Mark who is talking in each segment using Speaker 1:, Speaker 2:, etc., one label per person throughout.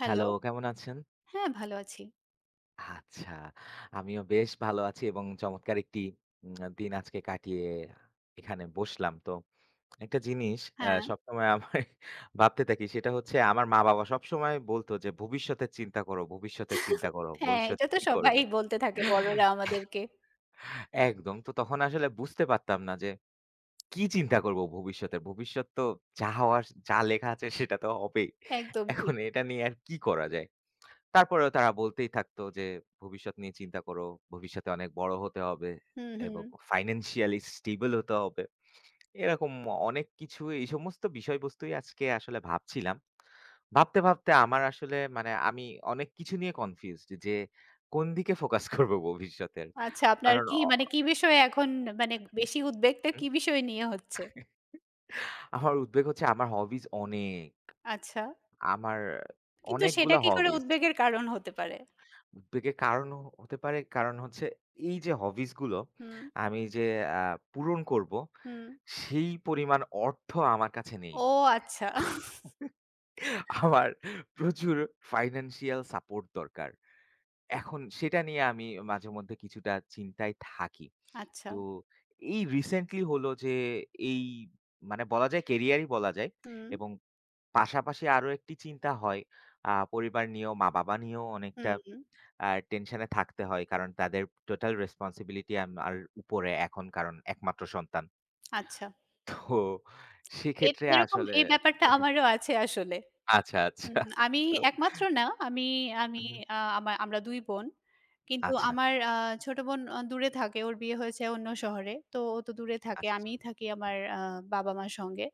Speaker 1: Hello.
Speaker 2: Hello, কেমন আছেন?
Speaker 1: হ্যাঁ, ভালো আছি।
Speaker 2: আচ্ছা, আমিও বেশ ভালো আছি এবং চমৎকার একটি দিন আজকে কাটিয়ে এখানে বসলাম। তো একটা জিনিস
Speaker 1: হ্যাঁ,
Speaker 2: সবসময় আমার ভাবতে থাকি সেটা হচ্ছে আমার মা-বাবা সবসময় বলত যে, "ভবিষ্যতের চিন্তা করো, ভবিষ্যতের চিন্তা করো,
Speaker 1: হ্যাঁ, এটা
Speaker 2: ভবিষ্যতে
Speaker 1: তো
Speaker 2: কি
Speaker 1: সবাই
Speaker 2: করবে?"
Speaker 1: বলতে থাকে বড়রা আমাদেরকে।
Speaker 2: একদম। তো তখন আসলে বুঝতে পারতাম না যে কি চিন্তা করব ভবিষ্যতে? ভবিষ্যৎ তো যা হওয়ার, যা লেখা আছে সেটা তো হবেই।
Speaker 1: একদম
Speaker 2: এখন
Speaker 1: ঠিক।
Speaker 2: এটা নিয়ে আর কি করা যায়? তারপরেও তারা বলতেই থাকতো যে, "ভবিষ্যৎ নিয়ে চিন্তা করো। ভবিষ্যতে অনেক বড় হতে হবে
Speaker 1: হুম, হুম।
Speaker 2: এবং ফাইন্যান্সিয়ালি স্টেবল হতে হবে।" এরকম অনেক কিছু এই সমস্ত বিষয়বস্তুই আজকে আসলে ভাবছিলাম। ভাবতে, ভাবতে আমার আসলে মানে আমি অনেক কিছু নিয়ে কনফিউজড যে কোন দিকে ফোকাস করব ভবিষ্যতের।
Speaker 1: আচ্ছা আপনার
Speaker 2: কারণ
Speaker 1: কি মানে কি বিষয়ে এখন মানে বেশি উদ্বেগটা
Speaker 2: হুম,
Speaker 1: কি বিষয় নিয়ে হচ্ছে?
Speaker 2: আমার উদ্বেগ হচ্ছে আমার হবিস অনেক।
Speaker 1: আচ্ছা।
Speaker 2: আমার
Speaker 1: কিন্তু সেটা
Speaker 2: অনেকগুলা
Speaker 1: কি করে
Speaker 2: হবিস।
Speaker 1: উদ্বেগের কারণ হতে পারে?
Speaker 2: উদ্বেগের কারণ হতে পারে কারণ হচ্ছে এই যে হবিস গুলো
Speaker 1: হুম,
Speaker 2: আমি যে আ পূরণ করব,
Speaker 1: হুম।
Speaker 2: সেই পরিমাণ অর্থ আমার কাছে নেই।
Speaker 1: ও আচ্ছা।
Speaker 2: আমার প্রচুর ফাইন্যান্সিয়াল সাপোর্ট দরকার। এখন সেটা নিয়ে আমি মাঝেমধ্যে কিছুটা চিন্তায় থাকি।
Speaker 1: আচ্ছা।
Speaker 2: তো এই রিসেন্টলি হলো যে এই মানে বলা যায় কেরিয়ারই বলা যায়
Speaker 1: হুম,
Speaker 2: এবং পাশাপাশি আরো একটি চিন্তা হয় পরিবার নিয়েও, মা-বাবা নিয়েও অনেকটা
Speaker 1: হুম,
Speaker 2: আর টেনশনে থাকতে হয়। কারণ তাদের টোটাল রেসপনসিবিলিটি আমার উপরে এখন কারণ একমাত্র সন্তান।
Speaker 1: আচ্ছা।
Speaker 2: তো
Speaker 1: এ
Speaker 2: সেক্ষেত্রে
Speaker 1: এরকম
Speaker 2: আসলে
Speaker 1: এই ব্যাপারটা আমারও আছে আসলে।
Speaker 2: আচ্ছা, আচ্ছা।
Speaker 1: হুম, আমি
Speaker 2: তো
Speaker 1: একমাত্র না। আমি আমি
Speaker 2: হুম, হুম।
Speaker 1: আ আমা আমরা ২ বোন। কিন্তু
Speaker 2: আচ্ছা,
Speaker 1: আমার ছোট বোন দূরে থাকে। ওর বিয়ে হয়েছে অন্য শহরে। তো ও তো দূরে থাকে।
Speaker 2: আচ্ছা, আচ্ছা।
Speaker 1: আমিই থাকি আমার বাবা-মার সঙ্গে।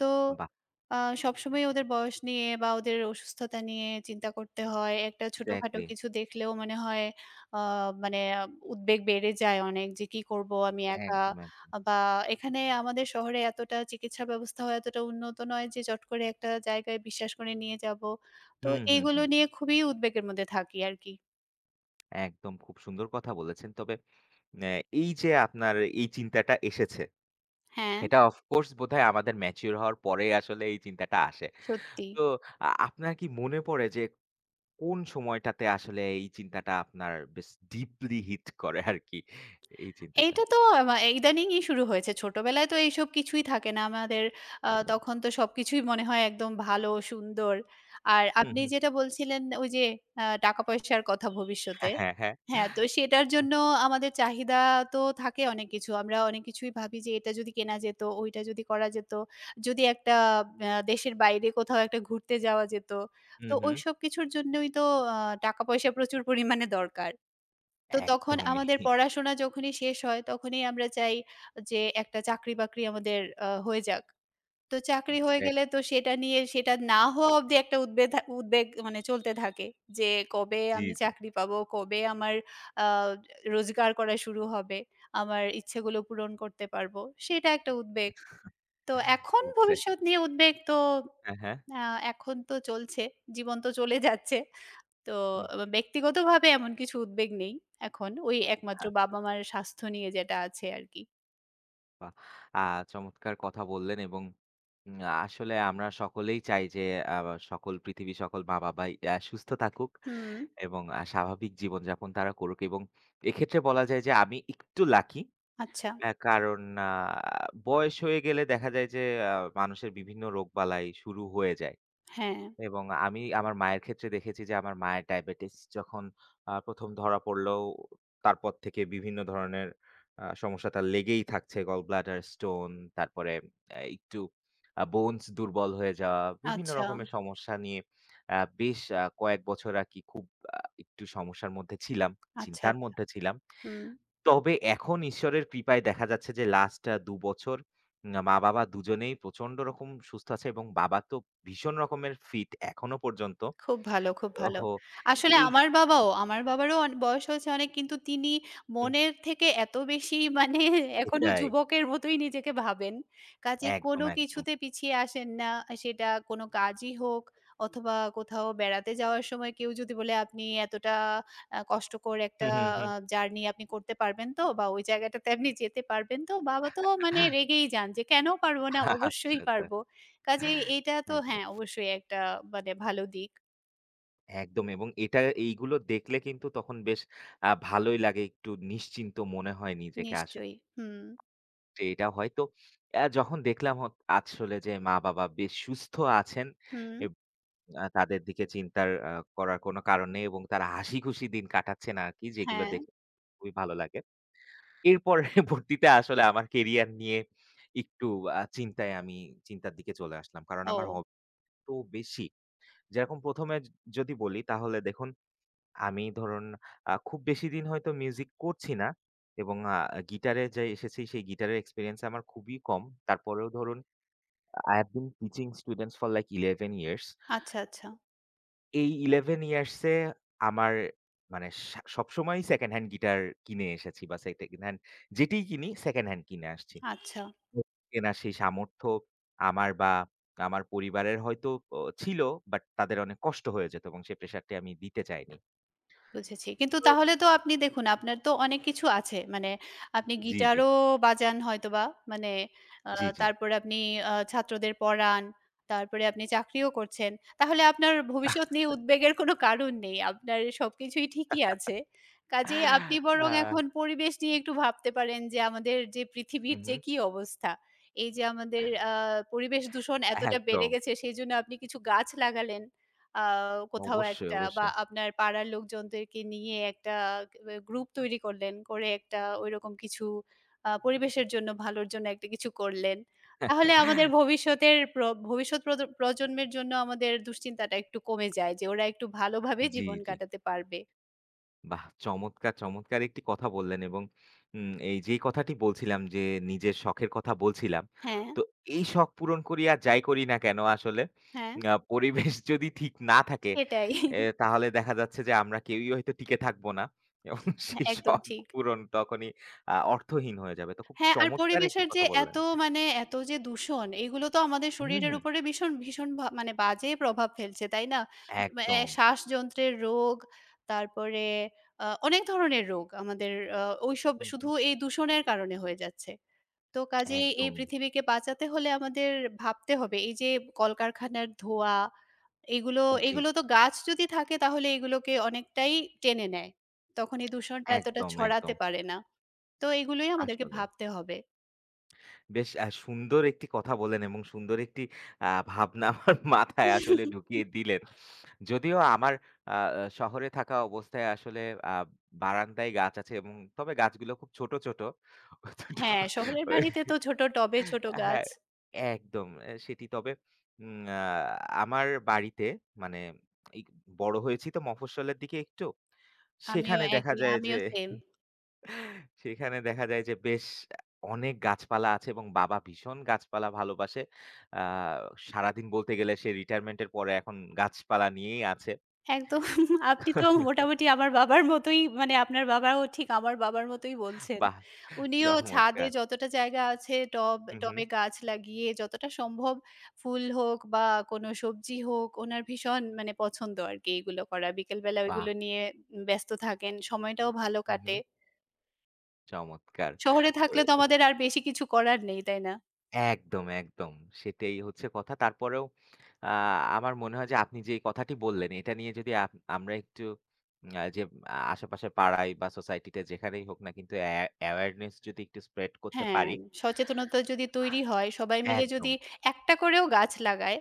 Speaker 1: তো
Speaker 2: বাহ!
Speaker 1: আ সবসময় ওদের বয়স নিয়ে বা ওদের অসুস্থতা নিয়ে চিন্তা করতে হয়। একটা ছোটখাটো
Speaker 2: এক্সাক্টলি।
Speaker 1: কিছু দেখলেও মনে হয় আ মানে আহ, উদ্বেগ বেড়ে যায় অনেক যে কি করব আমি একা
Speaker 2: একদম, একদম।
Speaker 1: বা এখানে আমাদের শহরে এতটা চিকিৎসা ব্যবস্থাও এতটা উন্নত নয় যে চট করে একটা জায়গায় বিশ্বাস করে নিয়ে যাব। তো
Speaker 2: হুম, হুম,
Speaker 1: এইগুলো
Speaker 2: হুম।
Speaker 1: নিয়ে খুবই উদ্বেগের মধ্যে থাকি আরকি।
Speaker 2: একদম খুব সুন্দর কথা বলেছেন। তবে অ্যা এই যে আপনার এই চিন্তাটা এসেছে,
Speaker 1: হ্যাঁ,
Speaker 2: এটা অফ কোর্স বোধহয় আমাদের ম্যাচিউর হওয়ার পরেই আসলে এই চিন্তাটা আসে।
Speaker 1: সত্যি।
Speaker 2: তো আপনার কি মনে পড়ে যে কোন সময়টাতে আসলে এই চিন্তাটা আপনার বেশ ডিপলি হিট করে আরকি? এই চিন্তাটা?
Speaker 1: এইটা তো ইদানিংই শুরু হয়েছে। ছোটবেলায় তো এইসব কিছুই থাকে না আমাদের।
Speaker 2: একদম।
Speaker 1: তখন তো সবকিছুই মনে হয় একদম ভালো, সুন্দর। আর
Speaker 2: হুম,
Speaker 1: আপনি
Speaker 2: হুম।
Speaker 1: যেটা বলছিলেন ওই যে টাকা-পয়সার কথা ভবিষ্যতে।
Speaker 2: হ্যাঁ, হ্যাঁ, হ্যাঁ।
Speaker 1: হ্যাঁ, তো সেটার জন্য আমাদের চাহিদা তো থাকে অনেক কিছু। আমরা অনেক কিছুই ভাবি যে এটা যদি কেনা যেত, ওইটা যদি করা যেত, যদি একটা দেশের বাইরে কোথাও একটা ঘুরতে যাওয়া যেত।
Speaker 2: হুম,
Speaker 1: তো
Speaker 2: হুম।
Speaker 1: ওইসব কিছুর জন্যই তো আ টাকা-পয়সা প্রচুর পরিমাণে দরকার। তো তখন
Speaker 2: একদমই।
Speaker 1: আমাদের পড়াশোনা যখনই শেষ হয়, তখনই আমরা চাই যে একটা চাকরি-বাকরি আমাদের হয়ে যাক। তো চাকরি হয়ে
Speaker 2: এক্সাক্ট
Speaker 1: গেলে তো সেটা নিয়ে সেটা না হওয়া অব্দি একটা উদ্বেগ মানে চলতে থাকে। যে কবে
Speaker 2: জি,
Speaker 1: আমি
Speaker 2: জি।
Speaker 1: চাকরি পাবো? কবে আমার আ রোজগার করা শুরু হবে? আমার ইচ্ছেগুলো পূরণ করতে পারবো? সেটা একটা উদ্বেগ। তো এখন
Speaker 2: এক্সাক্ট
Speaker 1: ভবিষ্যৎ নিয়ে উদ্বেগ তো
Speaker 2: হ্যাঁ, হ্যাঁ।
Speaker 1: আ এখন তো চলছে। জীবন তো চলে যাচ্ছে। তো
Speaker 2: হুম,
Speaker 1: ব্যক্তিগতভাবে এমন কিছু উদ্বেগ নেই এখন। ওই একমাত্র
Speaker 2: আচ্ছা।
Speaker 1: বাবা-মার স্বাস্থ্য নিয়ে যেটা আছে আরকি।
Speaker 2: বাহ! আ চমৎকার কথা বললেন এবং উম আসলে আমরা সকলেই চাই যে আ সকল পৃথিবীর সকল মা-বাবাই সুস্থ থাকুক
Speaker 1: হুম,
Speaker 2: এবং স্বাভাবিক জীবনযাপন তারা করুক এবং এক্ষেত্রে বলা যায় যে আমি একটু লাকি।
Speaker 1: আচ্ছা।
Speaker 2: কারণ আ বয়স হয়ে গেলে দেখা যায় যে আ মানুষের বিভিন্ন রোগবালাই শুরু হয়ে যায়।
Speaker 1: হ্যাঁ,
Speaker 2: এবং আমি আমার মায়ের ক্ষেত্রে দেখেছি যে আমার মায়ের ডায়াবেটিস যখন ১ম ধরা পড়ল, তারপর থেকে বিভিন্ন ধরনের সমস্যা তার লেগেই থাকছে। গল ব্লাডার স্টোন, তারপরে একটু বোনস দুর্বল হয়ে যাওয়া, বিভিন্ন
Speaker 1: আচ্ছা,
Speaker 2: রকমের সমস্যা নিয়ে বেশ কয়েক বছর আরকি খুব আ একটু সমস্যার মধ্যে ছিলাম,
Speaker 1: আচ্ছা।
Speaker 2: চিন্তার মধ্যে ছিলাম।
Speaker 1: হুম।
Speaker 2: তবে এখন ঈশ্বরের কৃপায় দেখা যাচ্ছে যে লাস্ট ২ বছর মা-বাবা দুজনেই প্রচন্ড রকম সুস্থ আছে এবং বাবা তো ভীষণ রকমের ফিট এখনো পর্যন্ত।
Speaker 1: খুব ভালো, খুব ভালো।
Speaker 2: ওহো!
Speaker 1: আসলে
Speaker 2: এই
Speaker 1: আমার বাবাও, আমার বাবারও বয়স হয়েছে অনেক কিন্তু তিনি
Speaker 2: হুম,
Speaker 1: মনের থেকে এত বেশি মানে এখনো
Speaker 2: এটাই।
Speaker 1: যুবকের মতোই নিজেকে ভাবেন। কাজেই
Speaker 2: একদম,
Speaker 1: কোনো
Speaker 2: একদম।
Speaker 1: কিছুতে পিছিয়ে আসেন না। সেটা কোনো কাজই হোক অথবা কোথাও বেড়াতে যাওয়ার সময় কেউ যদি বলে, "আপনি এতটা কষ্টকর একটা
Speaker 2: হুম, হুম, হুম।
Speaker 1: জার্নি আপনি করতে পারবেন তো? বা ওই জায়গাটাতে আপনি যেতে পারবেন তো?" বাবা তো মানে রেগেই যান যে, "কেন পারব না?
Speaker 2: আচ্ছা,
Speaker 1: অবশ্যই
Speaker 2: আচ্ছা।
Speaker 1: পারব।" কাজেই এটা তো
Speaker 2: একদম,
Speaker 1: হ্যাঁ, অবশ্যই একটা মানে ভালো দিক।
Speaker 2: একদম এবং এটা এইগুলো দেখলে কিন্তু তখন বেশ ভালোই লাগে। একটু নিশ্চিন্ত মনে হয় নিজেকে আসলে।
Speaker 1: নিশ্চয়ই। হুম,
Speaker 2: যে এটা হয়তো যখন দেখলাম আসলে যে মা-বাবা বেশ সুস্থ আছেন
Speaker 1: হুম।
Speaker 2: এব আ তাদের দিকে চিন্তার করার কোনো কারণ নেই এবং তারা হাসিখুশি দিন কাটাচ্ছেন আরকি যেগুলো
Speaker 1: হ্যাঁ।
Speaker 2: দেখে খুবই ভালো লাগে। এরপর পরবর্তীতে আসলে আমার কেরিয়ার নিয়ে একটু চিন্তায় আমি চিন্তার দিকে চলে আসলাম। কারণ
Speaker 1: ও
Speaker 2: আমার হবি তো বেশি। যেরকম ১ম এ যদি বলি তাহলে দেখুন আমি ধরুন খুব বেশিদিন হয়তো মিউজিক করছি না এবং গিটারে যে এসেছি সেই গিটারের এক্সপেরিয়েন্স আমার খুবই কম। তারপরেও ধরুন I have been teaching students for like 11 years.
Speaker 1: আচ্ছা, আচ্ছা,
Speaker 2: এই 11 ইয়ার্স এ আমার মানে সবসময়ই সেকেন্ড হ্যান্ড গিটার কিনে এসেছি বা সেকেন্ড হ্যান্ড যেটিই কিনি সেকেন্ড হ্যান্ড কিনে আসছি।
Speaker 1: আচ্ছা।
Speaker 2: হুম। কেনার সেই সামর্থ্য আমার বা আমার পরিবারের হয়তো ছিল বাট তাদের অনেক কষ্ট হয়ে যেত এবং সেই প্রেশারটি আমি দিতে চাইনি।
Speaker 1: বুঝেছি। কিন্তু
Speaker 2: হুম।
Speaker 1: তাহলে তো আপনি দেখুন আপনার তো অনেক কিছু আছে। মানে আপনি
Speaker 2: জি, জি,
Speaker 1: গিটারও বাজান হয়তোবা। মানে আ
Speaker 2: জি, জি।
Speaker 1: তারপরে আপনি ছাত্রদের পড়ান। তারপরে আপনি চাকরিও করছেন। তাহলে আপনার
Speaker 2: আ
Speaker 1: ভবিষ্যৎ নিয়ে উদ্বেগের কোনো কারণ নেই। আপনার সবকিছুই ঠিকই আছে। কাজেই আপনি বরং এখন পরিবেশ নিয়ে একটু ভাবতে পারেন যে আমাদের যে পৃথিবীর
Speaker 2: হুম,
Speaker 1: যে
Speaker 2: হুম।
Speaker 1: কি অবস্থা। এই যে আমাদের পরিবেশ দূষণ এতটা বেড়ে
Speaker 2: একদম।
Speaker 1: গেছে সেজন্য আপনি কিছু গাছ লাগালেন। আ কোথাও
Speaker 2: অবশ্যই,
Speaker 1: একটা বা
Speaker 2: অবশ্যই।
Speaker 1: আপনার পাড়ার লোকজনদেরকে নিয়ে একটা গ্রুপ তৈরি করলেন। করে একটা ঐরকম কিছু পরিবেশের জন্য ভালোর জন্য একটা কিছু করলেন। তাহলে আমাদের ভবিষ্যতের প্র ভবিষ্যৎ প্রজন্মের জন্য আমাদের দুশ্চিন্তাটা একটু কমে যায় যে ওরা একটু ভালোভাবে
Speaker 2: জি,
Speaker 1: জীবন
Speaker 2: জি।
Speaker 1: কাটাতে পারবে।
Speaker 2: বাহ! চমৎকার, চমৎকার একটি কথা বললেন এবং এই যেই কথাটি বলছিলাম যে, নিজের শখের কথা বলছিলাম।
Speaker 1: হ্যাঁ,
Speaker 2: তো এই শখ পূরণ করি আর যাই করি না কেন আসলে
Speaker 1: হ্যাঁ,
Speaker 2: পরিবেশ যদি ঠিক না থাকে,
Speaker 1: সেটাই।
Speaker 2: তাহলে দেখা যাচ্ছে যে আমরা কেউই হয়তো টিকে থাকবো না এবং সেই
Speaker 1: একদম
Speaker 2: শখ
Speaker 1: ঠিক।
Speaker 2: পূরণ তখনই অর্থহীন হয়ে যাবে। তো খুব
Speaker 1: হ্যাঁ, আর
Speaker 2: চমৎকার একটি
Speaker 1: পরিবেশের যে
Speaker 2: কথা
Speaker 1: এত
Speaker 2: বললেন।
Speaker 1: মানে এত যে দূষণ এগুলো তো আমাদের
Speaker 2: হুম,
Speaker 1: শরীরের
Speaker 2: হুম।
Speaker 1: উপরে ভীষণ, ভীষণ মানে বাজে প্রভাব ফেলছে, তাই না?
Speaker 2: একদম।
Speaker 1: শ্বাসযন্ত্রের রোগ, তারপরে অনেক ধরনের রোগ আমাদের আ ঐসব
Speaker 2: হুম,
Speaker 1: শুধু
Speaker 2: হুম।
Speaker 1: এই দূষণের কারণে হয়ে যাচ্ছে। তো কাজেই এই
Speaker 2: একদমই।
Speaker 1: পৃথিবীকে বাঁচাতে হলে আমাদের ভাবতে হবে এই যে কলকারখানার ধোঁয়া এগুলো,
Speaker 2: জি,
Speaker 1: এগুলো তো গাছ যদি থাকে তাহলে এগুলোকে অনেকটাই টেনে নেয়। তখন এই দূষণটা এতটা
Speaker 2: একদম,
Speaker 1: ছড়াতে
Speaker 2: একদম।
Speaker 1: পারে না। তো এগুলোই আমাদেরকে
Speaker 2: আসলে।
Speaker 1: ভাবতে হবে।
Speaker 2: বেশ সুন্দর একটি কথা বললেন এবং সুন্দর একটি আ ভাবনা আমার মাথায় আসলে ঢুকিয়ে দিলেন। যদিও আমার আ শহরে থাকা অবস্থায় আসলে আ বারান্দায় গাছ আছে এবং তবে গাছগুলো খুব ছোট, ছোট। অতটুকু
Speaker 1: হ্যাঁ, শহরের
Speaker 2: ওই
Speaker 1: বাড়িতে তো ছোট টবে ছোট গাছ।
Speaker 2: হ্যাঁ, একদম সেটি তবে উম আ আমার বাড়িতে মানে এই বড় হয়েছি তো মফস্বলের দিকে একটু।
Speaker 1: আমিও
Speaker 2: সেখানে দেখা
Speaker 1: একই,
Speaker 2: যায় যে
Speaker 1: আমিও সেম।
Speaker 2: সেখানে দেখা যায় যে বেশ অনেক গাছপালা আছে এবং বাবা ভীষণ গাছপালা ভালোবাসে। আ সারাদিন বলতে গেলে সে রিটায়ারমেন্ট এর পরে এখন গাছপালা নিয়েই আছে।
Speaker 1: একদম আপনি তো মোটামুটি আমার বাবার মতোই মানে আপনার বাবাও ঠিক আমার বাবার মতোই বলছেন।
Speaker 2: বাহ!
Speaker 1: উনিও ছাদে
Speaker 2: চমৎকার।
Speaker 1: যতটা জায়গা আছে টব
Speaker 2: হুম, হুম।
Speaker 1: টবে গাছ লাগিয়ে যতটা সম্ভব ফুল হোক বা কোনো সবজি হোক ওনার ভীষণ মানে পছন্দ আরকি এগুলো করা। বিকেলবেলা
Speaker 2: বাহ!
Speaker 1: ওইগুলো নিয়ে ব্যস্ত থাকেন। সময়টাও ভালো
Speaker 2: হুম,
Speaker 1: কাটে।
Speaker 2: হুম। চমৎকার।
Speaker 1: শহরে
Speaker 2: তো
Speaker 1: থাকলে তো আমাদের আর বেশি কিছু করার নেই, তাই না?
Speaker 2: একদম, একদম। সেটাই হচ্ছে কথা। তারপরেও আ আমার মনে হয় যে আপনি যেই কথাটি বললেন এটা নিয়ে যদি আমরা একটু আ যে আশেপাশে পাড়ায় বা সোসাইটিতে যেখানেই হোক না কিন্তু অ্যাওয়ারনেস যদি একটু স্প্রেড করতে
Speaker 1: হ্যাঁ,
Speaker 2: পারি
Speaker 1: সচেতনতা যদি তৈরি হয়, সবাই মিলে
Speaker 2: একদম।
Speaker 1: যদি একটা করেও গাছ লাগায়,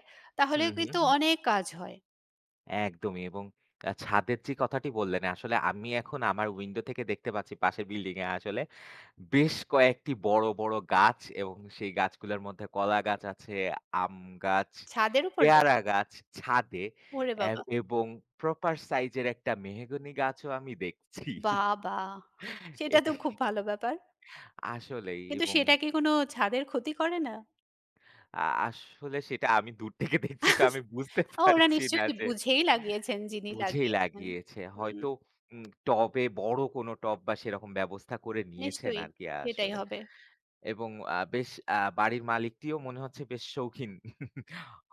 Speaker 2: হুম,
Speaker 1: তাহলেও
Speaker 2: হুম,
Speaker 1: কিন্তু
Speaker 2: হুম।
Speaker 1: অনেক কাজ হয়।
Speaker 2: একদমই এবং ছাদের যে কথাটি বললেন, আসলে আমি এখন আমার উইন্ডো থেকে দেখতে পাচ্ছি পাশের বিল্ডিং এ আসলে বেশ কয়েকটি বড়, বড় গাছ এবং সেই গাছগুলোর মধ্যে কলা গাছ আছে, আম গাছ,
Speaker 1: ছাদের উপরে?
Speaker 2: পেয়ারা গাছ ছাদে
Speaker 1: ওরে
Speaker 2: এ
Speaker 1: বাবা!
Speaker 2: এবং প্রপার সাইজের একটা মেহগনি গাছও আমি দেখছি।
Speaker 1: বাবা! সেটা তো
Speaker 2: এটি
Speaker 1: খুব ভালো ব্যাপার।
Speaker 2: আসলেই
Speaker 1: কিন্তু
Speaker 2: এবং
Speaker 1: সেটা কি কোনো ছাদের ক্ষতি করে না?
Speaker 2: আ আসলে সেটা আমি দূর থেকে দেখছি তো আমি বুঝতে
Speaker 1: ও ওরা
Speaker 2: পারছি না
Speaker 1: নিশ্চয়ই
Speaker 2: যে
Speaker 1: বুঝেই লাগিয়েছেন, যিনি
Speaker 2: বুঝেই
Speaker 1: লাগিয়েছেন।
Speaker 2: লাগিয়েছে।
Speaker 1: হুম,
Speaker 2: হয়তো টবে বড় কোনো টব বা সেরকম ব্যবস্থা করে নিয়েছেন
Speaker 1: নিশ্চয়ই
Speaker 2: আরকি
Speaker 1: সেটাই
Speaker 2: আসলে।
Speaker 1: হবে।
Speaker 2: এবং বেশ বাড়ির মালিকটিও মনে হচ্ছে বেশ শৌখিন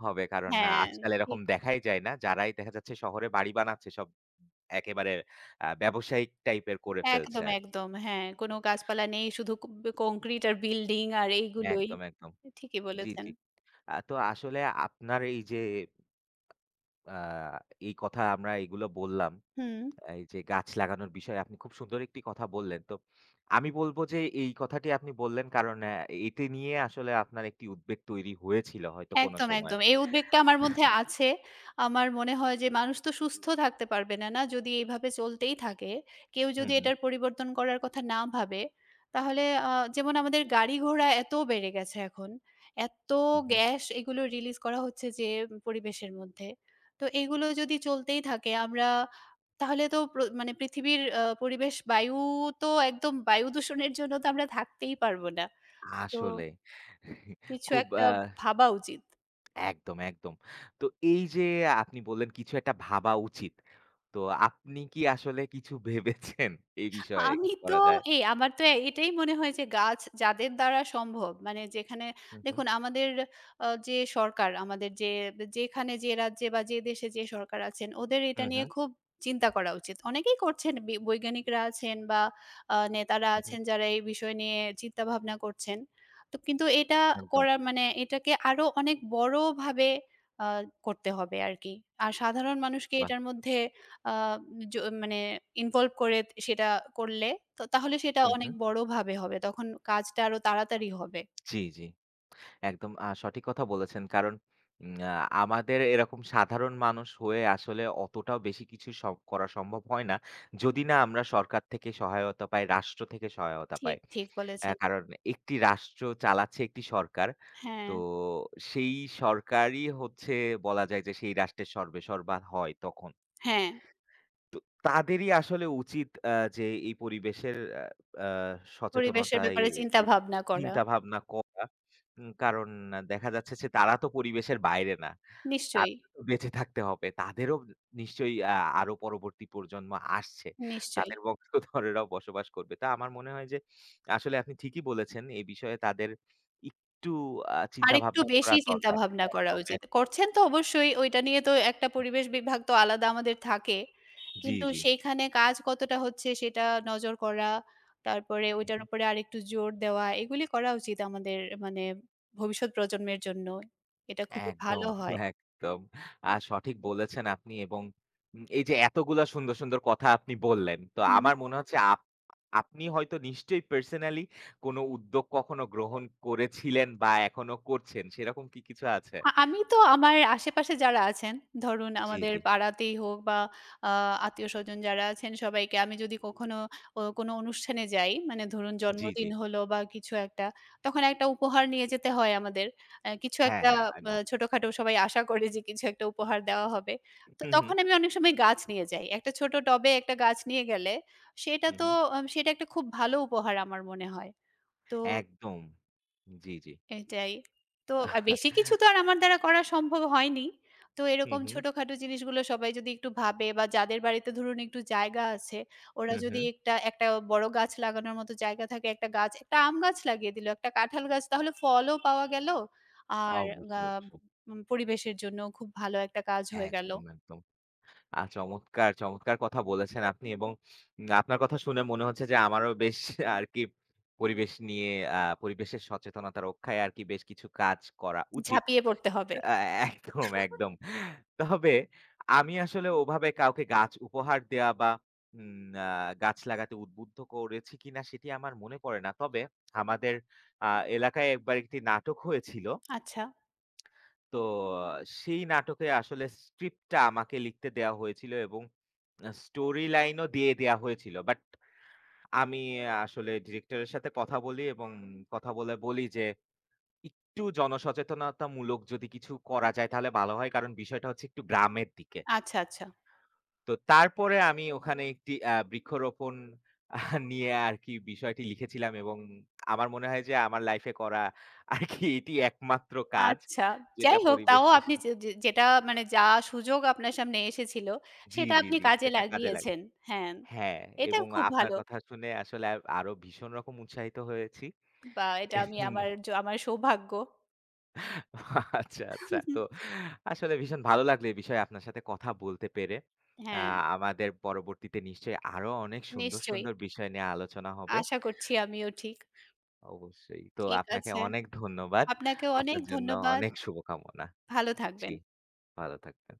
Speaker 2: হবে। কারণ
Speaker 1: হ্যাঁ,
Speaker 2: আজকাল এরকম
Speaker 1: ঠিক।
Speaker 2: দেখাই যায় না। যারাই দেখা যাচ্ছে শহরে বাড়ি বানাচ্ছে সব একেবারে ব্যবসায়িক টাইপের করে ফেলছে
Speaker 1: একদম,
Speaker 2: আরকি।
Speaker 1: একদম। হ্যাঁ, কোনো গাছপালা নেই, শুধু কংক্রিট আর বিল্ডিং আর এইগুলোই।
Speaker 2: একদম, একদম।
Speaker 1: ঠিকই
Speaker 2: জি,
Speaker 1: বলেছেন।
Speaker 2: জি। তো আসলে আপনার এই যে আ এই কথা আমরা এগুলো বললাম
Speaker 1: হুম।
Speaker 2: এই যে গাছ লাগানোর বিষয়ে আপনি খুব সুন্দর একটি কথা বললেন। তো আমি বলব যে এই কথাটি আপনি বললেন কারণ এটি নিয়ে আসলে আপনার একটি উদ্বেগ তৈরি হয়েছিল হয়তো কোন
Speaker 1: একদম,
Speaker 2: সময়।
Speaker 1: একদম। এই উদ্বেগটা আমার মধ্যে আছে। আমার মনে হয় যে মানুষ তো সুস্থ থাকতে পারবে না, না? যদি এভাবে চলতেই থাকে। কেউ
Speaker 2: হুম,
Speaker 1: যদি
Speaker 2: হুম,
Speaker 1: এটার পরিবর্তন করার কথা না ভাবে, তাহলে আ যেমন আমাদের গাড়ি-ঘোড়া এত বেড়ে গেছে এখন। এত
Speaker 2: হুম, হুম।
Speaker 1: গ্যাস এগুলো রিলিজ করা হচ্ছে যে পরিবেশের মধ্যে। তো এগুলো যদি চলতেই থাকে আমরা তাহলে তো মানে পৃথিবীর পরিবেশ বায়ু তো একদম বায়ু দূষণের জন্য তো আমরা থাকতেই পারব না। তো
Speaker 2: আসলে
Speaker 1: কিছু
Speaker 2: খুব
Speaker 1: একটা ভাবা উচিত।
Speaker 2: একদম, একদম। তো এই যে আপনি বললেন কিছু একটা ভাবা উচিত। তো আপনি কি আসলে কিছু ভেবেছেন এই বিষয়ে
Speaker 1: আমি
Speaker 2: কি
Speaker 1: তো
Speaker 2: করা যায়?
Speaker 1: আমার তো এটাই মনে হয় যে গাছ যাদের দ্বারা সম্ভব মানে যেখানে
Speaker 2: হুম, হুম,
Speaker 1: দেখুন আমাদের যে সরকার আমাদের যে যেখানে যে রাজ্যে বা যে দেশে যে সরকার আছেন ওদের এটা
Speaker 2: হুম,
Speaker 1: নিয়ে
Speaker 2: হুম,
Speaker 1: খুব চিন্তা করা উচিত। অনেকেই করছেন বৈজ্ঞানিকরা আছেন বা নেতারা
Speaker 2: হুম, হুম,
Speaker 1: আছেন যারা এই বিষয় নিয়ে চিন্তাভাবনা করছেন। তো কিন্তু এটা
Speaker 2: একদম।
Speaker 1: করার মানে এটাকে আরো অনেক বড়ভাবে আ করতে হবে আরকি। আর সাধারণ মানুষকে
Speaker 2: বাহ!
Speaker 1: এটার মধ্যে আ জ মানে ইনভলভ করে সেটা করলে তো তাহলে সেটা
Speaker 2: হুম,
Speaker 1: অনেক
Speaker 2: হুম।
Speaker 1: বড়ভাবে হবে। তখন কাজটা আরো তাড়াতাড়ি হবে।
Speaker 2: জি, জি। একদম সঠিক কথা বলেছেন। কারণ উম আ আমাদের এরকম সাধারণ মানুষ হয়ে আসলে অতটাও বেশি কিছু সব করা সম্ভব হয় না। যদি না আমরা সরকার থেকে সহায়তা পাই, রাষ্ট্র থেকে সহায়তা
Speaker 1: ঠিক,
Speaker 2: পাই।
Speaker 1: ঠিক বলেছেন।
Speaker 2: কারণ একটি রাষ্ট্র চালাচ্ছে একটি সরকার।
Speaker 1: হ্যাঁ,
Speaker 2: তো সেই সরকারই হচ্ছে বলা যায় যে সেই রাষ্ট্রের সর্বেসর্বা হয় তখন।
Speaker 1: হ্যাঁ।
Speaker 2: তো তাদেরই আসলে উচিত যে এই পরিবেশের আ আ
Speaker 1: পরিবেশের
Speaker 2: সচেতনতায়
Speaker 1: ব্যাপারে চিন্তা
Speaker 2: একটু
Speaker 1: ভাবনা করা।
Speaker 2: চিন্তা ভাবনা করা। কারণ দেখা যাচ্ছে যে তারা তো পরিবেশের বাইরে না।
Speaker 1: নিশ্চয়ই,
Speaker 2: তাদের তো বেঁচে থাকতে হবে। তাদেরও নিশ্চয়ই আরো পরবর্তী প্রজন্ম আসছে।
Speaker 1: নিশ্চয়ই।
Speaker 2: তাদের বংশধরেরাও বসবাস করবে। তা আমার মনে হয় যে আসলে আপনি ঠিকই বলেছেন। এই বিষয়ে তাদের একটু চিন্তা
Speaker 1: আরেকটু
Speaker 2: ভাবনা করা
Speaker 1: বেশি চিন্তা
Speaker 2: দরকার।
Speaker 1: ভাবনা করা
Speaker 2: একদম,
Speaker 1: উচিত।
Speaker 2: একদম।
Speaker 1: করছেন তো অবশ্যই ওইটা নিয়ে তো একটা পরিবেশ বিভাগ তো আলাদা আমাদের থাকে।
Speaker 2: জি,
Speaker 1: কিন্তু
Speaker 2: জি।
Speaker 1: সেইখানে কাজ কতটা হচ্ছে সেটা নজর করা, তারপরে ওইটার উপরে আরেকটু জোর দেওয়া এগুলি করা উচিত আমাদের মানে ভবিষ্যৎ প্রজন্মের জন্য। এটা খুবই ভালো
Speaker 2: একদম,
Speaker 1: হয়।
Speaker 2: একদম। সঠিক বলেছেন আপনি এবং এই যে এতগুলা সুন্দর, সুন্দর কথা আপনি বললেন। তো
Speaker 1: হুম।
Speaker 2: আমার মনে হচ্ছে আপনি হয়তো নিশ্চয়ই পার্সোনালি কোনো উদ্যোগ কখনো গ্রহণ করেছিলেন বা এখনো করছেন। সেরকম কি কিছু আছে?
Speaker 1: আমি তো আমার আশেপাশে যারা আছেন, ধরুন
Speaker 2: জি,
Speaker 1: আমাদের
Speaker 2: জি।
Speaker 1: পাড়াতেই হোক বা আ আত্মীয়স্বজন যারা আছেন সবাইকে আমি যদি কখনো ও কোনো অনুষ্ঠানে যাই, মানে ধরুন
Speaker 2: জি, জি।
Speaker 1: জন্মদিন হলো বা কিছু একটা, তখন একটা উপহার নিয়ে যেতে হয় আমাদের। আ কিছু
Speaker 2: হ্যাঁ,
Speaker 1: একটা
Speaker 2: হ্যাঁ,
Speaker 1: আ
Speaker 2: একদম।
Speaker 1: ছোটখাটো সবাই আশা করে যে কিছু একটা উপহার দেওয়া হবে। তো
Speaker 2: হু, হু,
Speaker 1: তখন আমি অনেক সময় গাছ নিয়ে যাই। একটা ছোট টবে একটা গাছ নিয়ে গেলে, সেটা
Speaker 2: হু,
Speaker 1: তো
Speaker 2: হু।
Speaker 1: সেটা একটা খুব ভালো উপহার আমার মনে হয়। তো
Speaker 2: একদম। জি, জি।
Speaker 1: এটাই। তো আর বেশি কিছু তো আর আমার দ্বারা করা সম্ভব হয়নি। তো
Speaker 2: হু,
Speaker 1: এরকম
Speaker 2: হু,
Speaker 1: ছোটখাটো জিনিসগুলো সবাই যদি একটু ভাবে বা যাদের বাড়িতে ধরুন একটু জায়গা আছে, ওরা
Speaker 2: হু,
Speaker 1: যদি
Speaker 2: হু।
Speaker 1: একটা একটা বড় গাছ লাগানোর মতো জায়গা থাকে, একটা গাছ, একটা আম গাছ লাগিয়ে দিল, একটা কাঁঠাল গাছ, তাহলে ফলও পাওয়া গেল। আর গা
Speaker 2: অবশ্যই, অবশ্যই।
Speaker 1: উম পরিবেশের জন্য খুব ভালো একটা কাজ হয়ে গেল।
Speaker 2: একদম, একদম। চমৎকার, চমৎকার কথা বলেছেন আপনি এবং আপনার কথা শুনে মনে হচ্ছে যে আমারও বেশ আরকি পরিবেশ নিয়ে পরিবেশের সচেতনতা রক্ষায় আরকি বেশ কিছু কাজ করা উচিত।
Speaker 1: ঝাঁপিয়ে পড়তে হবে।
Speaker 2: আ একদম, একদম। তবে আমি আসলে ওভাবে কাউকে গাছ উপহার দেয়া বা উম আ গাছ লাগাতে উদ্বুদ্ধ করেছি কিনা সেটি আমার মনে পড়ে না। তবে আমাদের আ এলাকায় একবার একটি নাটক হয়েছিল।
Speaker 1: আচ্ছা,
Speaker 2: তো সেই নাটকে আসলে স্ক্রিপ্ট টা আমাকে লিখতে দেয়া হয়েছিল এবং স্টোরি লাইনও দিয়ে দেয়া হয়েছিল। বাট আমি আসলে ডিরেক্টরের সাথে কথা বলি এবং কথা বলে বলি যে, "একটু জনসচেতনতামূলক যদি কিছু করা যায় তাহলে ভালো হয়।" কারণ বিষয়টা হচ্ছে একটু গ্রামের দিকে।
Speaker 1: আচ্ছা, আচ্ছা।
Speaker 2: তো তারপরে আমি ওখানে একটি বৃক্ষরোপণ নিয়ে আরকি বিষয়টি লিখেছিলাম এবং আমার মনে হয় যে আমার লাইফে করা আরকি এটি একমাত্র কাজ
Speaker 1: আচ্ছা।
Speaker 2: যেটা
Speaker 1: যাই হোক তাও
Speaker 2: পরিবেশের
Speaker 1: আপনি যে যে যেটা মানে যা সুযোগ আপনার সামনে এসেছিল,
Speaker 2: জি,
Speaker 1: সেটা
Speaker 2: জি,
Speaker 1: আপনি
Speaker 2: জি।
Speaker 1: কাজে
Speaker 2: সেটা কাজে লাগে।
Speaker 1: লাগিয়েছেন। হ্যাঁ,
Speaker 2: হ্যাঁ,
Speaker 1: এটা
Speaker 2: এবং
Speaker 1: খুব
Speaker 2: আপনার
Speaker 1: ভালো।
Speaker 2: কথা শুনে আসলে আরো ভীষণ রকম উৎসাহিত হয়েছি।
Speaker 1: বা এটা আমি
Speaker 2: এবং
Speaker 1: আমার সৌভাগ্য।
Speaker 2: আচ্ছা, আচ্ছা। তো আসলে ভীষণ ভালো লাগলো এই বিষয়ে আপনার সাথে কথা বলতে পেরে। আ
Speaker 1: হ্যাঁ,
Speaker 2: আমাদের পরবর্তীতে নিশ্চয়ই আরো অনেক সুন্দর,
Speaker 1: নিশ্চয়ই।
Speaker 2: সুন্দর বিষয় নিয়ে আলোচনা হবে।
Speaker 1: আশা করছি আমিও ঠিক।
Speaker 2: অবশ্যই। তো
Speaker 1: ঠিক
Speaker 2: আপনাকে
Speaker 1: আছে।
Speaker 2: অনেক ধন্যবাদ।
Speaker 1: আপনাকেও অনেক
Speaker 2: আপনার জন্য
Speaker 1: ধন্যবাদ।
Speaker 2: অনেক শুভকামনা।
Speaker 1: ভালো
Speaker 2: জি,
Speaker 1: থাকবেন।
Speaker 2: ভালো থাকবেন।